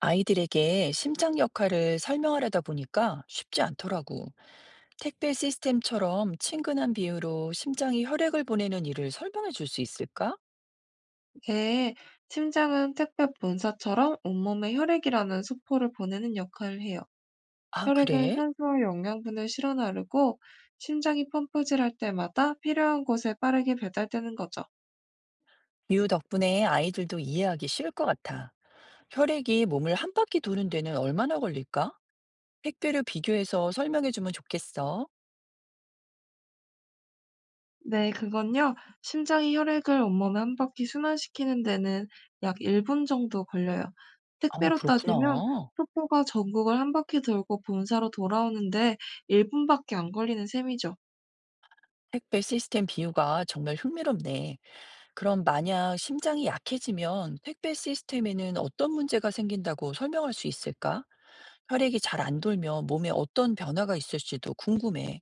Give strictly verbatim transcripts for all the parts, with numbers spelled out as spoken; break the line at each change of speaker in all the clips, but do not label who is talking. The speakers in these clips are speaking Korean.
아이들에게 심장 역할을 설명하려다 보니까 쉽지 않더라고. 택배 시스템처럼 친근한 비유로 심장이 혈액을 보내는 일을 설명해 줄 수 있을까?
네, 심장은 택배 본사처럼 온몸에 혈액이라는 소포를 보내는 역할을 해요.
아,
혈액은
그래?
산소와 영양분을 실어 나르고 심장이 펌프질할 때마다 필요한 곳에 빠르게 배달되는 거죠.
비유 덕분에 아이들도 이해하기 쉬울 것 같아. 혈액이 몸을 한 바퀴 도는 데는 얼마나 걸릴까? 택배를 비교해서 설명해 주면 좋겠어.
네, 그건요. 심장이 혈액을 온몸에 한 바퀴 순환시키는 데는 약 일 분 정도 걸려요.
아,
택배로 따지면
그렇구나.
소포가 전국을 한 바퀴 돌고 본사로 돌아오는데 일 분밖에 안 걸리는 셈이죠.
택배 시스템 비유가 정말 흥미롭네. 그럼 만약 심장이 약해지면 택배 시스템에는 어떤 문제가 생긴다고 설명할 수 있을까? 혈액이 잘 안 돌면 몸에 어떤 변화가 있을지도 궁금해.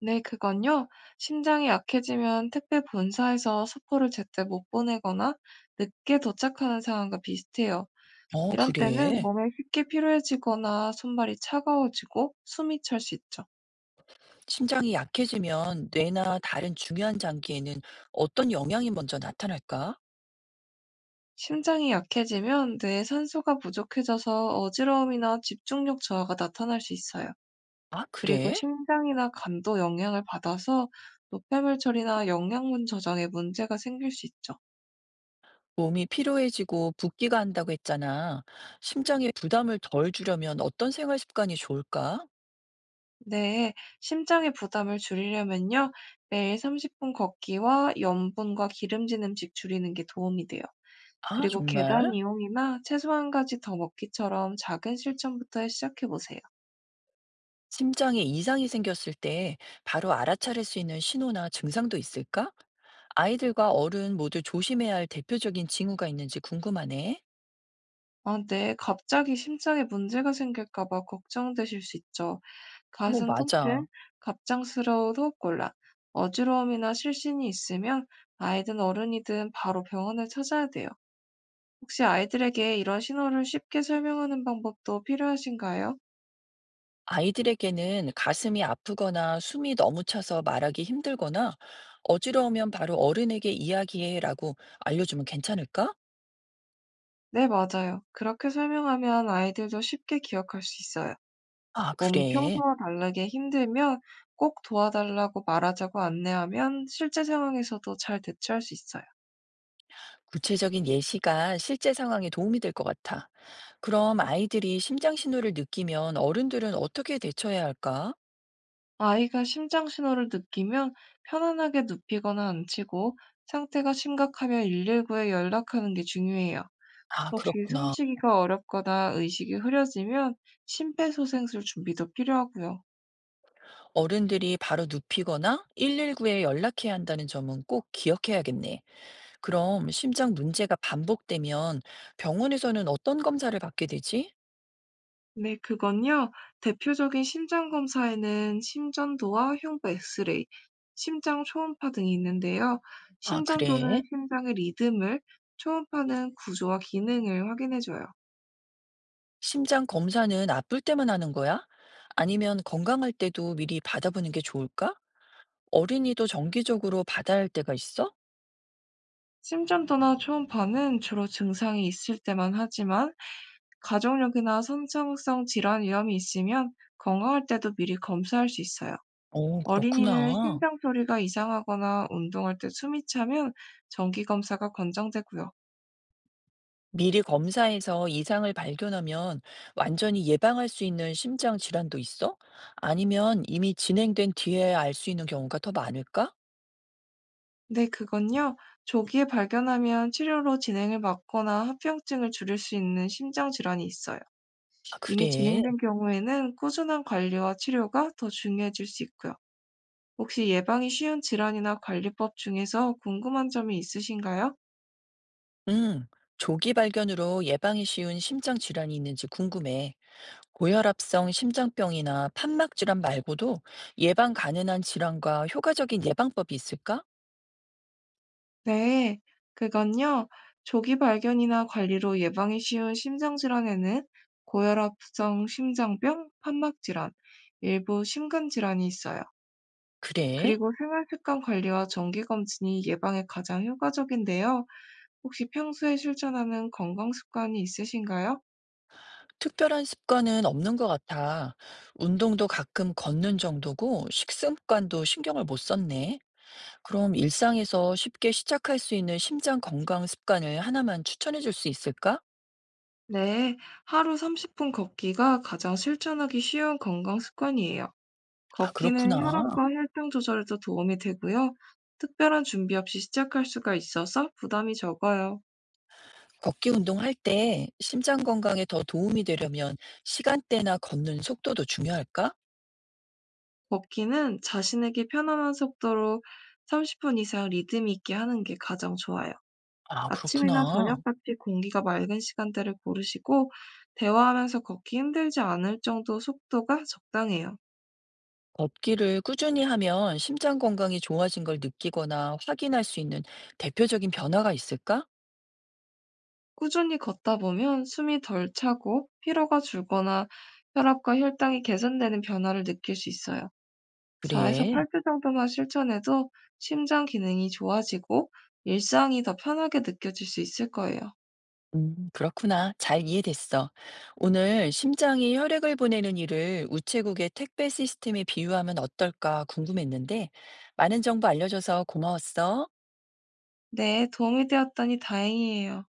네, 그건요. 심장이 약해지면 택배 본사에서 서포를 제때 못 보내거나 늦게 도착하는 상황과 비슷해요.
어,
이런 때는
그래.
몸에 쉽게 피로해지거나 손발이 차가워지고 숨이 찰 수 있죠.
심장이 약해지면 뇌나 다른 중요한 장기에는 어떤 영향이 먼저 나타날까?
심장이 약해지면 뇌에 산소가 부족해져서 어지러움이나 집중력 저하가 나타날 수 있어요.
아,
그리고
그래?
심장이나 간도 영향을 받아서 노폐물 처리나 영양분 저장에 문제가 생길 수 있죠.
몸이 피로해지고 붓기가 한다고 했잖아. 심장에 부담을 덜 주려면 어떤 생활 습관이 좋을까?
네, 심장의 부담을 줄이려면요, 매일 삼십 분 걷기와 염분과 기름진 음식 줄이는 게 도움이 돼요.
아,
그리고
정말?
계단 이용이나 채소 한 가지 더 먹기처럼 작은 실천부터 시작해 보세요.
심장에 이상이 생겼을 때 바로 알아차릴 수 있는 신호나 증상도 있을까? 아이들과 어른 모두 조심해야 할 대표적인 징후가 있는지 궁금하네.
아, 네, 갑자기 심장에 문제가 생길까 봐 걱정되실 수 있죠.
어,
가슴
맞아.
통증, 갑작스러운 호흡곤란, 어지러움이나 실신이 있으면 아이든 어른이든 바로 병원을 찾아야 돼요. 혹시 아이들에게 이런 신호를 쉽게 설명하는 방법도 필요하신가요?
아이들에게는 가슴이 아프거나 숨이 너무 차서 말하기 힘들거나 어지러우면 바로 어른에게 이야기해라고 알려주면 괜찮을까?
네, 맞아요. 그렇게 설명하면 아이들도 쉽게 기억할 수 있어요.
아,
몸이
그래.
평소와 다르게 힘들면 꼭 도와달라고 말하자고 안내하면 실제 상황에서도 잘 대처할 수 있어요.
구체적인 예시가 실제 상황에 도움이 될 것 같아. 그럼 아이들이 심장 신호를 느끼면 어른들은 어떻게 대처해야 할까?
아이가 심장 신호를 느끼면 편안하게 눕히거나 앉히고 상태가 심각하면 일일구에 연락하는 게 중요해요.
아
혹시
그렇구나.
숨쉬기가 어렵거나 의식이 흐려지면 심폐소생술 준비도 필요하고요.
어른들이 바로 눕히거나 일일구에 연락해야 한다는 점은 꼭 기억해야겠네. 그럼 심장 문제가 반복되면 병원에서는 어떤 검사를 받게 되지?
네, 그건요. 대표적인 심장 검사에는 심전도와 흉부 엑스레이, 심장 초음파 등이 있는데요.
아, 그래?
심전도는 심장의 리듬을, 초음파는 구조와 기능을 확인해줘요.
심장 검사는 아플 때만 하는 거야? 아니면 건강할 때도 미리 받아보는 게 좋을까? 어린이도 정기적으로 받아야 할 때가 있어?
심전도나 초음파는 주로 증상이 있을 때만 하지만 가족력이나 선천성 질환 위험이 있으면 건강할 때도 미리 검사할 수 있어요.
어,
어린이는
그렇구나.
심장 소리가 이상하거나 운동할 때 숨이 차면 정기 검사가 권장되고요.
미리 검사해서 이상을 발견하면 완전히 예방할 수 있는 심장 질환도 있어? 아니면 이미 진행된 뒤에 알 수 있는 경우가 더 많을까?
네, 그건요. 조기에 발견하면 치료로 진행을 막거나 합병증을 줄일 수 있는 심장 질환이 있어요.
아,
이미
그래.
진행된 경우에는 꾸준한 관리와 치료가 더 중요해질 수 있고요. 혹시 예방이 쉬운 질환이나 관리법 중에서 궁금한 점이 있으신가요?
응. 조기 발견으로 예방이 쉬운 심장 질환이 있는지 궁금해. 고혈압성 심장병이나 판막 질환 말고도 예방 가능한 질환과 효과적인 예방법이 있을까?
네, 그건요. 조기 발견이나 관리로 예방이 쉬운 심장 질환에는 고혈압성 심장병, 판막 질환, 일부 심근 질환이 있어요.
그래.
그리고 생활 습관 관리와 정기 검진이 예방에 가장 효과적인데요. 혹시 평소에 실천하는 건강 습관이 있으신가요?
특별한 습관은 없는 것 같아. 운동도 가끔 걷는 정도고 식습관도 신경을 못 썼네. 그럼 일상에서 쉽게 시작할 수 있는 심장 건강 습관을 하나만 추천해 줄 수 있을까?
네, 하루 삼십 분 걷기가 가장 실천하기 쉬운 건강 습관이에요.
아,
걷기는
그렇구나.
혈압과 혈당 조절에도 도움이 되고요. 특별한 준비 없이 시작할 수가 있어서 부담이 적어요.
걷기 운동할 때 심장 건강에 더 도움이 되려면 시간대나 걷는 속도도 중요할까?
걷기는 자신에게 편안한 속도로 삼십 분 이상 리듬 있게 하는 게 가장 좋아요.
아,
아침이나
그렇구나.
저녁같이 공기가 맑은 시간대를 고르시고 대화하면서 걷기 힘들지 않을 정도 속도가 적당해요.
걷기를 꾸준히 하면 심장 건강이 좋아진 걸 느끼거나 확인할 수 있는 대표적인 변화가 있을까?
꾸준히 걷다 보면 숨이 덜 차고 피로가 줄거나 혈압과 혈당이 개선되는 변화를 느낄 수 있어요. 사에서
그래.
팔 주 정도만 실천해도 심장 기능이 좋아지고 일상이 더 편하게 느껴질 수 있을 거예요.
음, 그렇구나. 잘 이해됐어. 오늘 심장이 혈액을 보내는 일을 우체국의 택배 시스템에 비유하면 어떨까 궁금했는데, 많은 정보 알려줘서 고마웠어.
네, 도움이 되었다니 다행이에요.